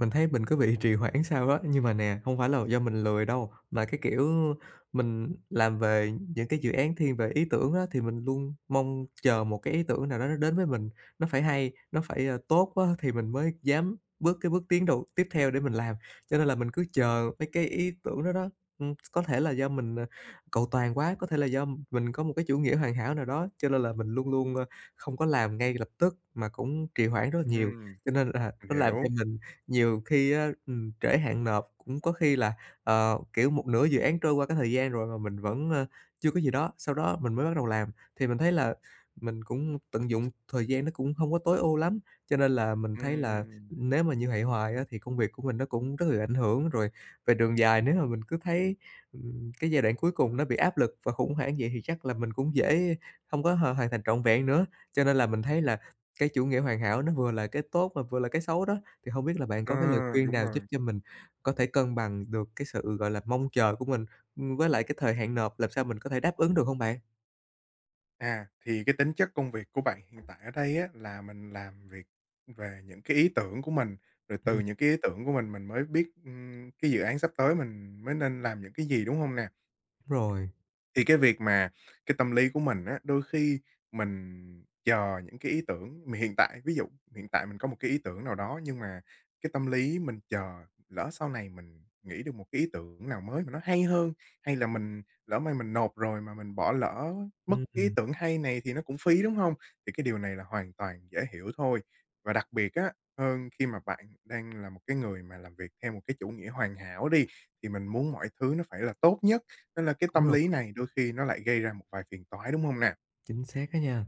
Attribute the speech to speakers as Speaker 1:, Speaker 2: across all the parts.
Speaker 1: Mình thấy mình cứ bị trì hoãn sao á, nhưng mà nè, không phải là do mình lười đâu, mà cái kiểu mình làm về những cái dự án thiên về ý tưởng á, thì mình luôn mong chờ một cái ý tưởng nào đó nó đến với mình, nó phải hay, nó phải, tốt á thì mình mới dám bước cái bước tiến đầu tiếp theo để mình làm. Cho nên là mình cứ chờ mấy cái ý tưởng đó đó, có thể là do mình, cầu toàn quá, có thể là do mình có một cái chủ nghĩa hoàn hảo nào đó, cho nên là mình luôn luôn, không có làm ngay lập tức mà cũng trì hoãn rất là nhiều.
Speaker 2: Ừm,
Speaker 1: Cho nên là
Speaker 2: mình
Speaker 1: nó làm cho
Speaker 2: hiểu.
Speaker 1: mình nhiều khi á, trễ hạn nộp, cũng có khi là, kiểu, một nửa dự án trôi qua cái thời gian rồi mà mình vẫn, chưa có gì đó, sau đó mình mới bắt đầu làm. Thì mình thấy là mình cũng tận dụng thời gian nó cũng không có tối ưu lắm, cho nên là mình thấy là
Speaker 2: Ừm,
Speaker 1: nếu mà như vậy hoài á, thì công việc của mình nó cũng rất là ảnh hưởng. Rồi về đường dài nếu mà mình cứ thấy, cái giai đoạn cuối cùng nó bị áp lực và khủng hoảng vậy thì chắc là mình cũng dễ không có hoàn hoàn thành trọn vẹn nữa. Cho nên là mình thấy là cái chủ nghĩa hoàn hảo nó vừa là cái tốt mà vừa là cái xấu đó. Thì không biết là bạn
Speaker 2: ờ,
Speaker 1: có cái lời khuyên
Speaker 2: Đúng
Speaker 1: nào giúp
Speaker 2: rồi.
Speaker 1: cho mình có thể cân bằng được cái sự, gọi là, mong chờ của mình, với lại cái thời hạn nộp làm sao mình có thể đáp ứng được hông bạn?
Speaker 2: Thì cái tính chất công việc của bạn hiện tại ở đây á, là mình làm việc về những cái ý tưởng của mình, rồi
Speaker 1: Ừm,
Speaker 2: từ những cái ý tưởng của mình mới biết, cái dự án sắp tới mình mới nên làm những cái gì, đúng hông nè?
Speaker 1: đúng rồi,
Speaker 2: Thì cái việc mà cái tâm lý của mình á, đôi khi mình chờ những cái ý tưởng mà hiện tại ví dụ hiện tại mình có một cái ý tưởng nào đó nhưng mà cái tâm lý mình chờ lỡ sau này mình nghĩ được một cái ý tưởng nào mới mà nó hay hơn, hay là mình lỡ may mình nộp rồi mà mình bỏ lỡ mất cái ý
Speaker 1: ừm,
Speaker 2: tưởng hay này thì nó cũng phí, đúng không? Thì cái điều này là hoàn toàn dễ hiểu thôi. Và đặc biệt á, hơn khi mà bạn đang là một cái người mà làm việc theo một cái chủ nghĩa hoàn hảo đi, thì mình muốn mọi thứ nó phải là tốt nhất. Nên là cái
Speaker 1: đúng
Speaker 2: tâm
Speaker 1: rồi,
Speaker 2: lý này đôi khi nó lại gây ra một vài phiền toái, đúng không nè?
Speaker 1: chính xác á nha.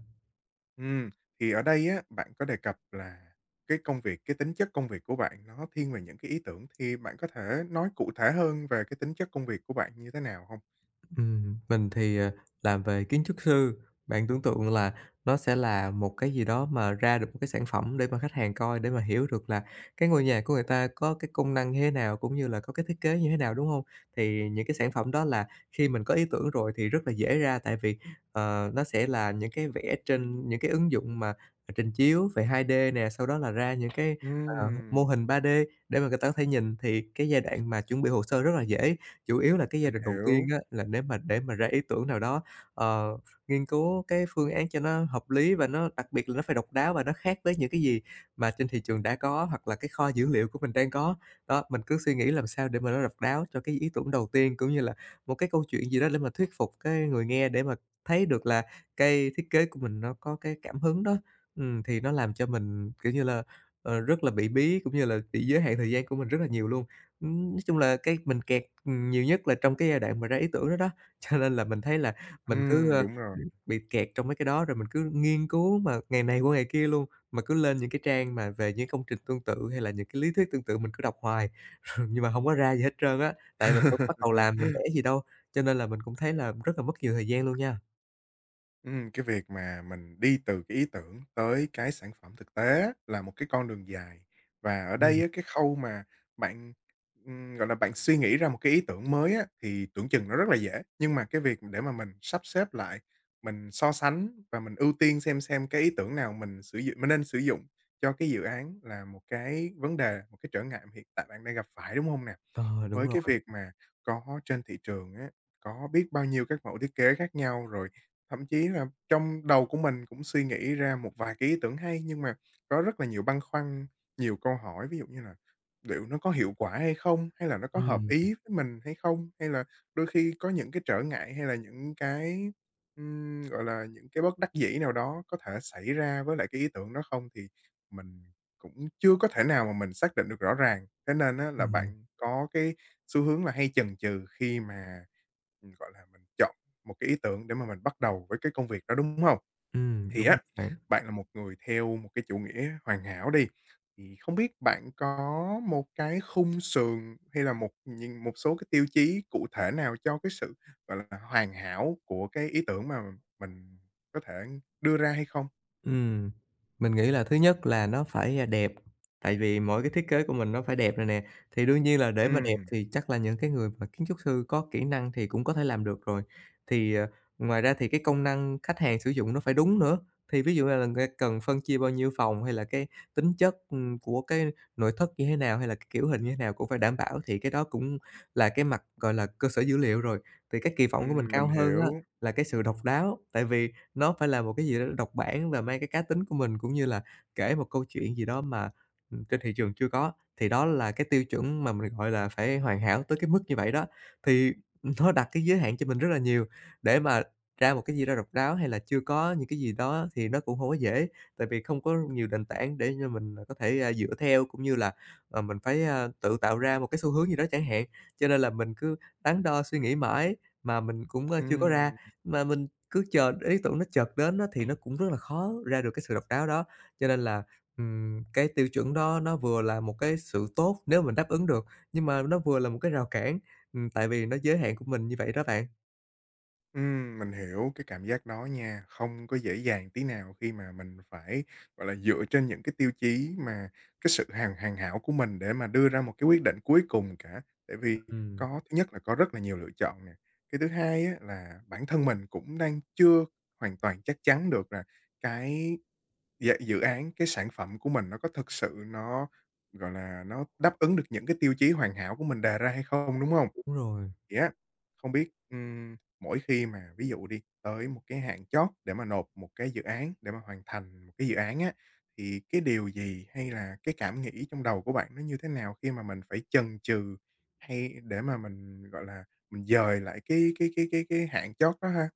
Speaker 2: Ừm, thì ở đây á, bạn có đề cập là cái công việc cái tính chất công việc của bạn nó thiên về những cái ý tưởng, thì bạn có thể nói cụ thể hơn về cái tính chất công việc của bạn như thế nào không?
Speaker 1: Mình thì, làm về kiến trúc sư, bạn tưởng tượng là nó sẽ là một cái gì đó mà ra được một cái sản phẩm để mà khách hàng coi, để mà hiểu được là cái ngôi nhà của người ta có cái công năng như thế nào, cũng như là có cái thiết kế như thế nào, đúng không? Thì những cái sản phẩm đó là khi mình có ý tưởng rồi thì rất là dễ ra, tại vì, nó sẽ là những cái vẽ trên những cái ứng dụng mà trình chiếu về 2D nè, sau đó là ra những cái, ờ, mô
Speaker 2: Ừm,
Speaker 1: hình 3D để mà người ta có thể nhìn, thì cái giai đoạn mà chuẩn bị hồ sơ rất là dễ. Chủ yếu là cái giai
Speaker 2: mình
Speaker 1: đoạn đầu tiên
Speaker 2: hiểu.
Speaker 1: á, là nếu mà để mà ra ý tưởng nào đó, ờ, nghiên cứu cái phương án cho nó hợp lý và nó đặc biệt là nó phải độc đáo và nó khác với những cái gì mà trên thị trường đã có, hoặc là cái kho dữ liệu của mình đang có. Đó, mình cứ suy nghĩ làm sao để mà nó độc đáo cho cái ý tưởng đầu tiên, cũng như là một cái câu chuyện gì đó để mà thuyết phục cái người nghe để mà thấy được là cái thiết kế của mình nó có cái cảm hứng đó. Thì nó làm cho mình, kiểu như là, rất là bị bí, cũng như là bị giới hạn thời gian của mình rất là nhiều luôn. Nói chung là cái mình kẹt, nhiều nhất là trong cái giai đoạn mà ra ý tưởng đó đó, cho nên là mình thấy là mình cứ,
Speaker 2: Đúng rồi.
Speaker 1: bị kẹt trong mấy cái đó, rồi mình cứ nghiên cứu mà ngày này qua ngày kia luôn. Mà cứ lên những cái trang mà về những công trình tương tự hay là những cái lý thuyết tương tự mình cứ đọc hoài, rồi nhưng mà hông có ra gì hết trơn á, tại mình đâu có bắt đầu làm, mình vẽ gì đâu, cho nên là mình cũng thấy là rất là mất nhiều thời gian luôn nha.
Speaker 2: Cái việc mà mình đi từ cái ý tưởng tới cái sản phẩm thực tế á, là một cái con đường dài. Và ở đây
Speaker 1: Ừm,
Speaker 2: á, cái khâu mà bạn, gọi là, bạn suy nghĩ ra một cái ý tưởng mới á, thì tưởng chừng nó rất là dễ, nhưng mà cái việc để mà mình sắp xếp lại, mình so sánh và mình ưu tiên xem cái ý tưởng nào mình sử dụng mình nên sử dụng cho cái dự án là một cái vấn đề, một cái trở ngại mà hiện tại bạn đang gặp phải, đúng không nè?
Speaker 1: ờ, đúng
Speaker 2: Với
Speaker 1: rồi.
Speaker 2: cái việc mà có trên thị trường á, có biết bao nhiêu các mẫu thiết kế khác nhau rồi, thậm chí là trong đầu của mình cũng suy nghĩ ra một vài cái ý tưởng hay, nhưng mà có rất là nhiều băn khoăn, nhiều câu hỏi, ví dụ như là liệu nó có hiệu quả hay không? Hay là nó có hợp
Speaker 1: Ừm.
Speaker 2: ý với mình hay không? Hay là đôi khi có những cái trở ngại hay là những cái, gọi là, những cái bất đắc dĩ nào đó có thể xảy ra với lại cái ý tưởng đó không? Thì mình cũng chưa có thể nào mà mình xác định được rõ ràng. Thế nên á là
Speaker 1: Đúng rồi,
Speaker 2: bạn có cái xu hướng là hay chần chừ khi mà, gọi là, mình chọn một cái ý tưởng để mà mình bắt đầu với cái công việc đó, đúng hông? Thì
Speaker 1: đúng rồi
Speaker 2: á,
Speaker 1: bạn.
Speaker 2: bạn là một người theo một cái chủ nghĩa hoàn hảo đi, thì không biết bạn có một cái khung sườn hay là một nhìn một số cái tiêu chí cụ thể nào cho cái sự, gọi là, hoàn hảo của cái ý tưởng mà mình có thể đưa ra hay không?
Speaker 1: Ừm, mình nghĩ là thứ nhất là nó phải, đẹp, tại vì mỗi cái thiết kế của mình nó phải đẹp rồi nè. Thì đương nhiên là để mà đẹp
Speaker 2: Ừm,
Speaker 1: thì chắc là những cái người mà kiến trúc sư có kỹ năng thì cũng có thể làm được rồi. Thì, ờ, Ngoài ra thì cái công năng khách hàng sử dụng nó phải đúng nữa, thì ví dụ là người cần phân chia bao nhiêu phòng hay là cái tính chất, của cái nội thất như thế nào, hay là cái kiểu hình như thế nào cũng phải đảm bảo, thì cái đó cũng là cái mặt, gọi là, cơ sở dữ liệu rồi. Thì cái kỳ vọng của mình cao
Speaker 2: mình
Speaker 1: hơn á
Speaker 2: hiểu.
Speaker 1: là cái sự độc đáo, tại vì nó phải là một cái gì đó độc bản và mang cái cá tính của mình, cũng như là kể một câu chuyện gì đó mà, trên thị trường chưa có, thì đó là cái tiêu chuẩn mà mình, gọi là, phải hoàn hảo tới cái mức như vậy đó. Thì nó đặt cái giới hạn cho mình rất là nhiều, để mà ra một cái gì đó độc đáo hay là chưa có những cái gì đó thì nó cũng không có dễ, tại vì không có nhiều nền tảng để cho mình có thể, dựa theo, cũng như là, mình phải, tự tạo ra một cái xu hướng gì đó chẳng hạn. Cho nên là mình cứ đắn đo suy nghĩ mãi mà mình cũng, chưa có ra,
Speaker 2: Ừm.
Speaker 1: mà mình cứ chờ ý tưởng nó chợt đến á, thì nó cũng rất là khó ra được cái sự độc đáo đó. Cho nên là, cái tiêu chuẩn đó nó vừa là một cái sự tốt nếu mình đáp ứng được, nhưng mà nó vừa là một cái rào cản, tại vì nó giới hạn của mình như vậy đó bạn.
Speaker 2: Mình hiểu cái cảm giác đó nha, không có dễ dàng tí nào khi mà mình phải, gọi là, dựa trên những cái tiêu chí mà cái sự hoàn hoàn hảo của mình để mà đưa ra một cái quyết định cuối cùng cả. Tại vì
Speaker 1: Ừm.
Speaker 2: có thứ nhất là có rất là nhiều lựa chọn nè, cái thứ hai á là bản thân mình cũng đang chưa hoàn toàn chắc chắn được là cái dự án, cái sản phẩm của mình nó có thực sự nó, gọi là, nó đáp ứng được những cái tiêu chí hoàn hảo của mình đề ra hay không, đúng không?
Speaker 1: Đúng rồi.
Speaker 2: Thì á, không biết, mỗi khi mà ví dụ đi, tới một cái hạn chót để mà nộp một cái dự án, để mà hoàn thành một cái dự án á, thì cái điều gì hay là cái cảm nghĩ trong đầu của bạn nó như thế nào khi mà mình phải chần chừ hay để mà mình, gọi là, mình dời lại cái hạn chót đó ha?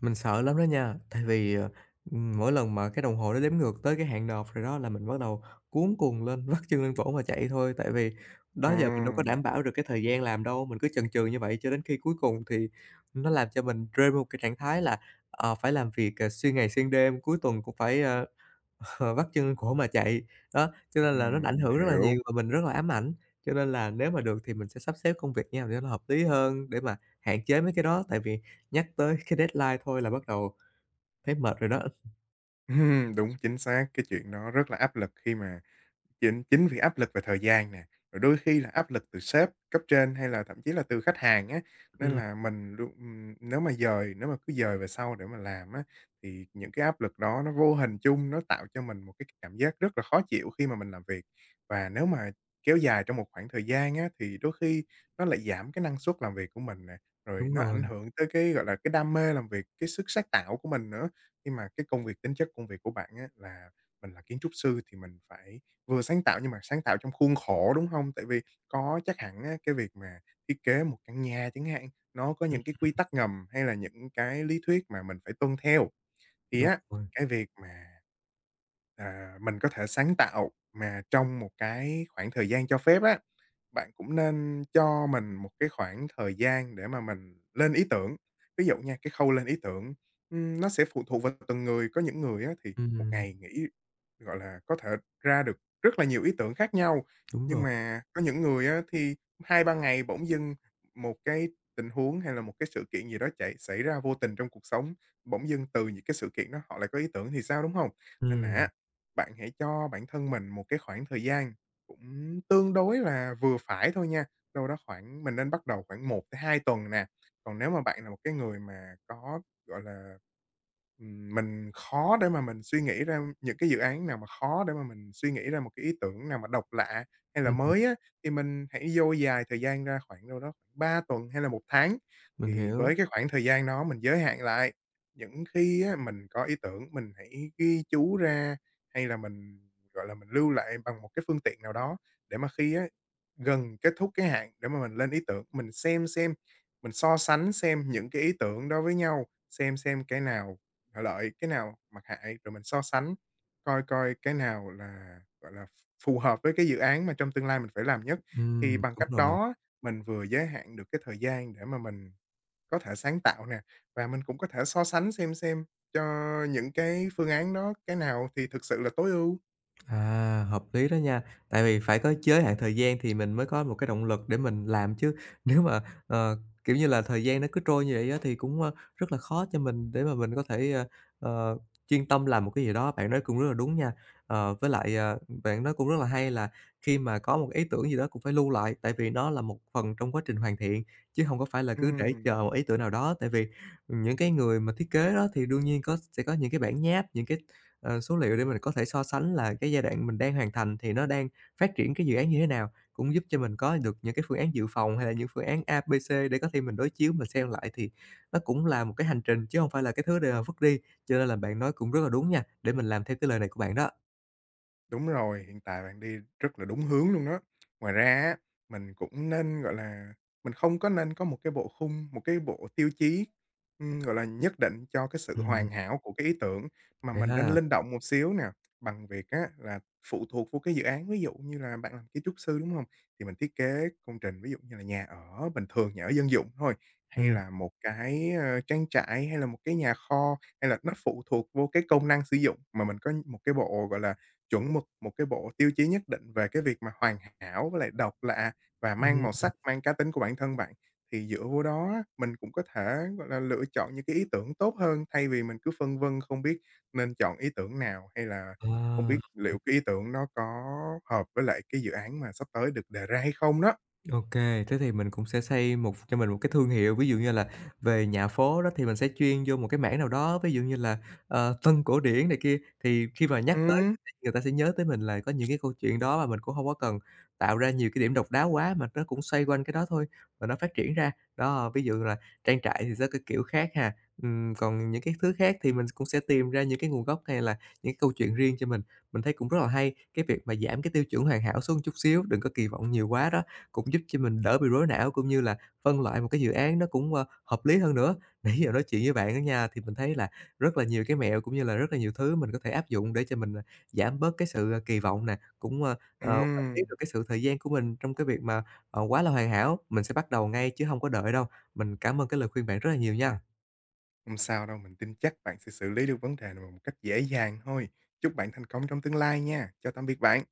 Speaker 1: Mình sợ lắm đó nha, tại vì, mỗi lần mà cái đồng hồ nó đếm ngược tới cái hạn nộp rồi đó là mình bắt đầu cuống cuồng lên, vắt chân lên cổ mà chạy thôi. Tại vì đó giờ mình đâu có
Speaker 2: Ừm,
Speaker 1: đảm bảo được cái thời gian làm đâu, mình cứ chần chừ như vậy cho đến khi cuối cùng thì nó làm cho mình rơi vào một cái trạng thái là, phải làm việc, xuyên ngày xuyên đêm, cuối tuần cũng phải, vắt chân cổ mà chạy. Đó, cho nên là nó đã ảnh
Speaker 2: mình
Speaker 1: hưởng rất là
Speaker 2: hiểu.
Speaker 1: nhiều và mình rất là ám ảnh. Cho nên là nếu mà được thì mình sẽ sắp xếp công việc như nào để nó hợp lý hơn, để mà hạn chế mấy cái đó, tại vì nhắc tới cái deadline thôi là bắt đầu thấy mệt rồi đó.
Speaker 2: Đúng, chính xác, cái chuyện đó rất là áp lực khi mà Chính chính vì áp lực về thời gian nè, rồi đôi khi là áp lực từ sếp, cấp trên hay là thậm chí là từ khách hàng á, nên
Speaker 1: Ừm,
Speaker 2: là mình luôn nếu mà cứ dời về sau để mà làm á, thì những cái áp lực đó nó vô hình chung nó tạo cho mình một cái cảm giác rất là khó chịu khi mà mình làm việc. Và nếu mà kéo dài trong một khoảng thời gian á, thì đôi khi nó lại giảm cái năng suất làm việc của mình nè, rồi
Speaker 1: đúng
Speaker 2: nó
Speaker 1: rồi,
Speaker 2: ảnh hưởng tới cái, gọi là, cái đam mê làm việc, cái sức sáng tạo của mình nữa. Khi mà cái công việc tính chất công việc của bạn á là mình là kiến trúc sư thì mình phải vừa sáng tạo nhưng mà sáng tạo trong khuôn khổ, đúng không? Tại vì có chắc hẳn á, cái việc mà thiết kế một căn nhà chẳng hạn, nó có
Speaker 1: ừm,
Speaker 2: những cái quy tắc ngầm hay là những cái lý thuyết mà mình phải tuân theo. Thì
Speaker 1: đúng
Speaker 2: á,
Speaker 1: rồi,
Speaker 2: cái việc mà, mình có thể sáng tạo mà trong một cái khoảng thời gian cho phép á, bạn cũng nên cho mình một cái khoảng thời gian để mà mình lên ý tưởng. Ví dụ nha, cái khâu lên ý tưởng, nó sẽ phụ thuộc vào từng người, có những người á thì một
Speaker 1: ừm,
Speaker 2: ngày nghĩ, gọi là, có thể ra được rất là nhiều ý tưởng khác nhau,
Speaker 1: đúng
Speaker 2: nhưng
Speaker 1: rồi,
Speaker 2: mà có những người á thì 2 3 ngày bỗng dưng một cái tình huống hay là một cái sự kiện gì đó chạy xảy ra vô tình trong cuộc sống, bỗng dưng từ những cái sự kiện đó họ lại có ý tưởng thì sao, đúng không? Nên là
Speaker 1: ừm,
Speaker 2: á, bạn hãy cho bản thân mình một cái khoảng thời gian cũng tương đối là vừa phải thôi nha, đâu đó khoảng mình nên bắt đầu khoảng 1 tới 2 tuần nè. Còn nếu mà bạn là một cái người mà có, gọi là ừm, mình khó để mà mình suy nghĩ ra những cái dự án nào mà khó để mà mình suy nghĩ ra một cái ý tưởng nào mà độc lạ hay là
Speaker 1: ừm,
Speaker 2: mới á, thì mình hãy dôi dài thời gian ra khoảng đâu đó khoảng 3 tuần hay là 1 tháng.
Speaker 1: mình
Speaker 2: Thì
Speaker 1: hiểu,
Speaker 2: với cái khoảng thời gian đó mình giới hạn lại, những khi á mình có ý tưởng mình hãy ghi chú ra hay là mình, gọi là, mình lưu lại bằng một cái phương tiện nào đó để mà khi á gần kết thúc cái hạn để mà mình lên ý tưởng, mình xem, mình so sánh xem những cái ý tưởng đó với nhau, xem cái nào lợi cái nào mặt hại, rồi mình so sánh coi coi cái nào là, gọi là, phù hợp với cái dự án mà trong tương lai mình phải làm nhất. Thì bằng
Speaker 1: đúng
Speaker 2: cách
Speaker 1: rồi.
Speaker 2: đó mình vừa giới hạn được cái thời gian để mà mình có thể sáng tạo nè, và mình cũng có thể so sánh xem cho những cái phương án đó cái nào thì thực sự là tối ưu.
Speaker 1: À, hợp lý đó nha. Tại vì phải có giới hạn thời gian thì mình mới có một cái động lực để mình làm chứ. Nếu mà, ờ, kiểu như là, thời gian nó cứ trôi như vậy á thì cũng, rất là khó cho mình để mà mình có thể, ờ, chuyên tâm làm một cái gì đó. Bạn nói cũng rất là đúng nha. Với lại, bạn nói cũng rất là hay là khi mà có một ý tưởng gì đó cũng phải lưu lại, tại vì nó là một phần trong quá trình hoàn thiện, chứ không có phải là cứ để
Speaker 2: Ừm.
Speaker 1: chờ một ý tưởng nào đó. Tại vì những cái người mà thiết kế đó thì đương nhiên có sẽ có những cái bản nháp, những cái số liệu để mình có thể so sánh là cái giai đoạn mình đang hoàn thành thì nó đang phát triển cái dự án như thế nào, cũng giúp cho mình có được những cái phương án dự phòng hay là những phương án A, B, C để có thể mình đối chiếu, mình xem lại thì nó cũng là một cái hành trình chứ không phải là cái thứ để mà vứt đi. Cho nên là bạn nói cũng rất là đúng nha, để mình làm theo cái lời này của bạn đó.
Speaker 2: Đúng rồi, hiện tại bạn đi rất là đúng hướng luôn đó. Ngoài ra á, mình cũng nên, gọi là, mình không có nên có một cái bộ khung, một cái bộ tiêu chí, gọi là, nhất định cho cái sự
Speaker 1: Ừm,
Speaker 2: hoàn hảo của cái ý tưởng, mà
Speaker 1: vậy
Speaker 2: mình nên
Speaker 1: ha.
Speaker 2: linh động một xíu nè, bằng việc á là phụ thuộc vô cái dự án. Ví dụ như là bạn làm kiến trúc sư, đúng không? Thì mình thiết kế công trình, ví dụ như là nhà ở bình thường, nhà ở dân dụng thôi, hay
Speaker 1: Ừm,
Speaker 2: là một cái, trang trại, hay là một cái nhà kho, hay là nó phụ thuộc vô cái công năng sử dụng, mà mình có một cái bộ, gọi là chuẩn mực một cái bộ tiêu chí nhất định về cái việc mà hoàn hảo với lại độc lạ và mang màu
Speaker 1: ừm,
Speaker 2: sắc, mang cá tính của bản thân bạn, thì dựa vô đó á, mình cũng có thể, gọi là, lựa chọn những cái ý tưởng tốt hơn thay vì mình cứ phân vân không biết nên chọn ý tưởng nào, hay là
Speaker 1: ờ.
Speaker 2: không biết liệu cái ý tưởng nó có hợp với lại cái dự án mà sắp tới được đề ra hay không đó.
Speaker 1: OK, thế thì mình cũng sẽ xây một cho mình một cái thương hiệu, ví dụ như là về nhà phố đó thì mình sẽ chuyên vô một cái mảng nào đó, ví dụ như là, Tân cổ điển này kia, thì khi mà nhắc tới
Speaker 2: Ừm,
Speaker 1: người ta sẽ nhớ tới mình là có những cái câu chuyện đó mà mình cũng không có cần tạo ra nhiều cái điểm độc đáo quá, mà nó cũng xoay quanh cái đó thôi và nó phát triển ra. Đó, ví dụ là trang trại thì sẽ cái kiểu khác ha, còn những cái thứ khác thì mình cũng sẽ tìm ra những cái nguồn gốc hay là những cái câu chuyện riêng cho mình. Mình thấy cũng rất là hay, cái việc mà giảm cái tiêu chuẩn hoàn hảo xuống chút xíu, đừng có kỳ vọng nhiều quá đó cũng giúp cho mình đỡ bị rối não, cũng như là phân loại một cái dự án nó cũng, hợp lý hơn nữa. Nãy giờ nói chuyện với bạn á nha, thì mình thấy là rất là nhiều cái mẹo, cũng như là rất là nhiều thứ mình có thể áp dụng để cho mình, giảm bớt cái sự, kỳ vọng nè, cũng, quản lý
Speaker 2: ừm,
Speaker 1: được cái sự thời gian của mình trong cái việc mà, quá là hoàn hảo. Mình sẽ bắt đầu ngay chứ không có đợi đâu. Mình cảm ơn cái lời khuyên bạn rất là nhiều nha.
Speaker 2: hông sao đâu, mình tin chắc bạn sẽ xử lý được vấn đề này một cách dễ dàng thôi. Chúc bạn thành công trong tương lai nha. Chào tạm biệt bạn.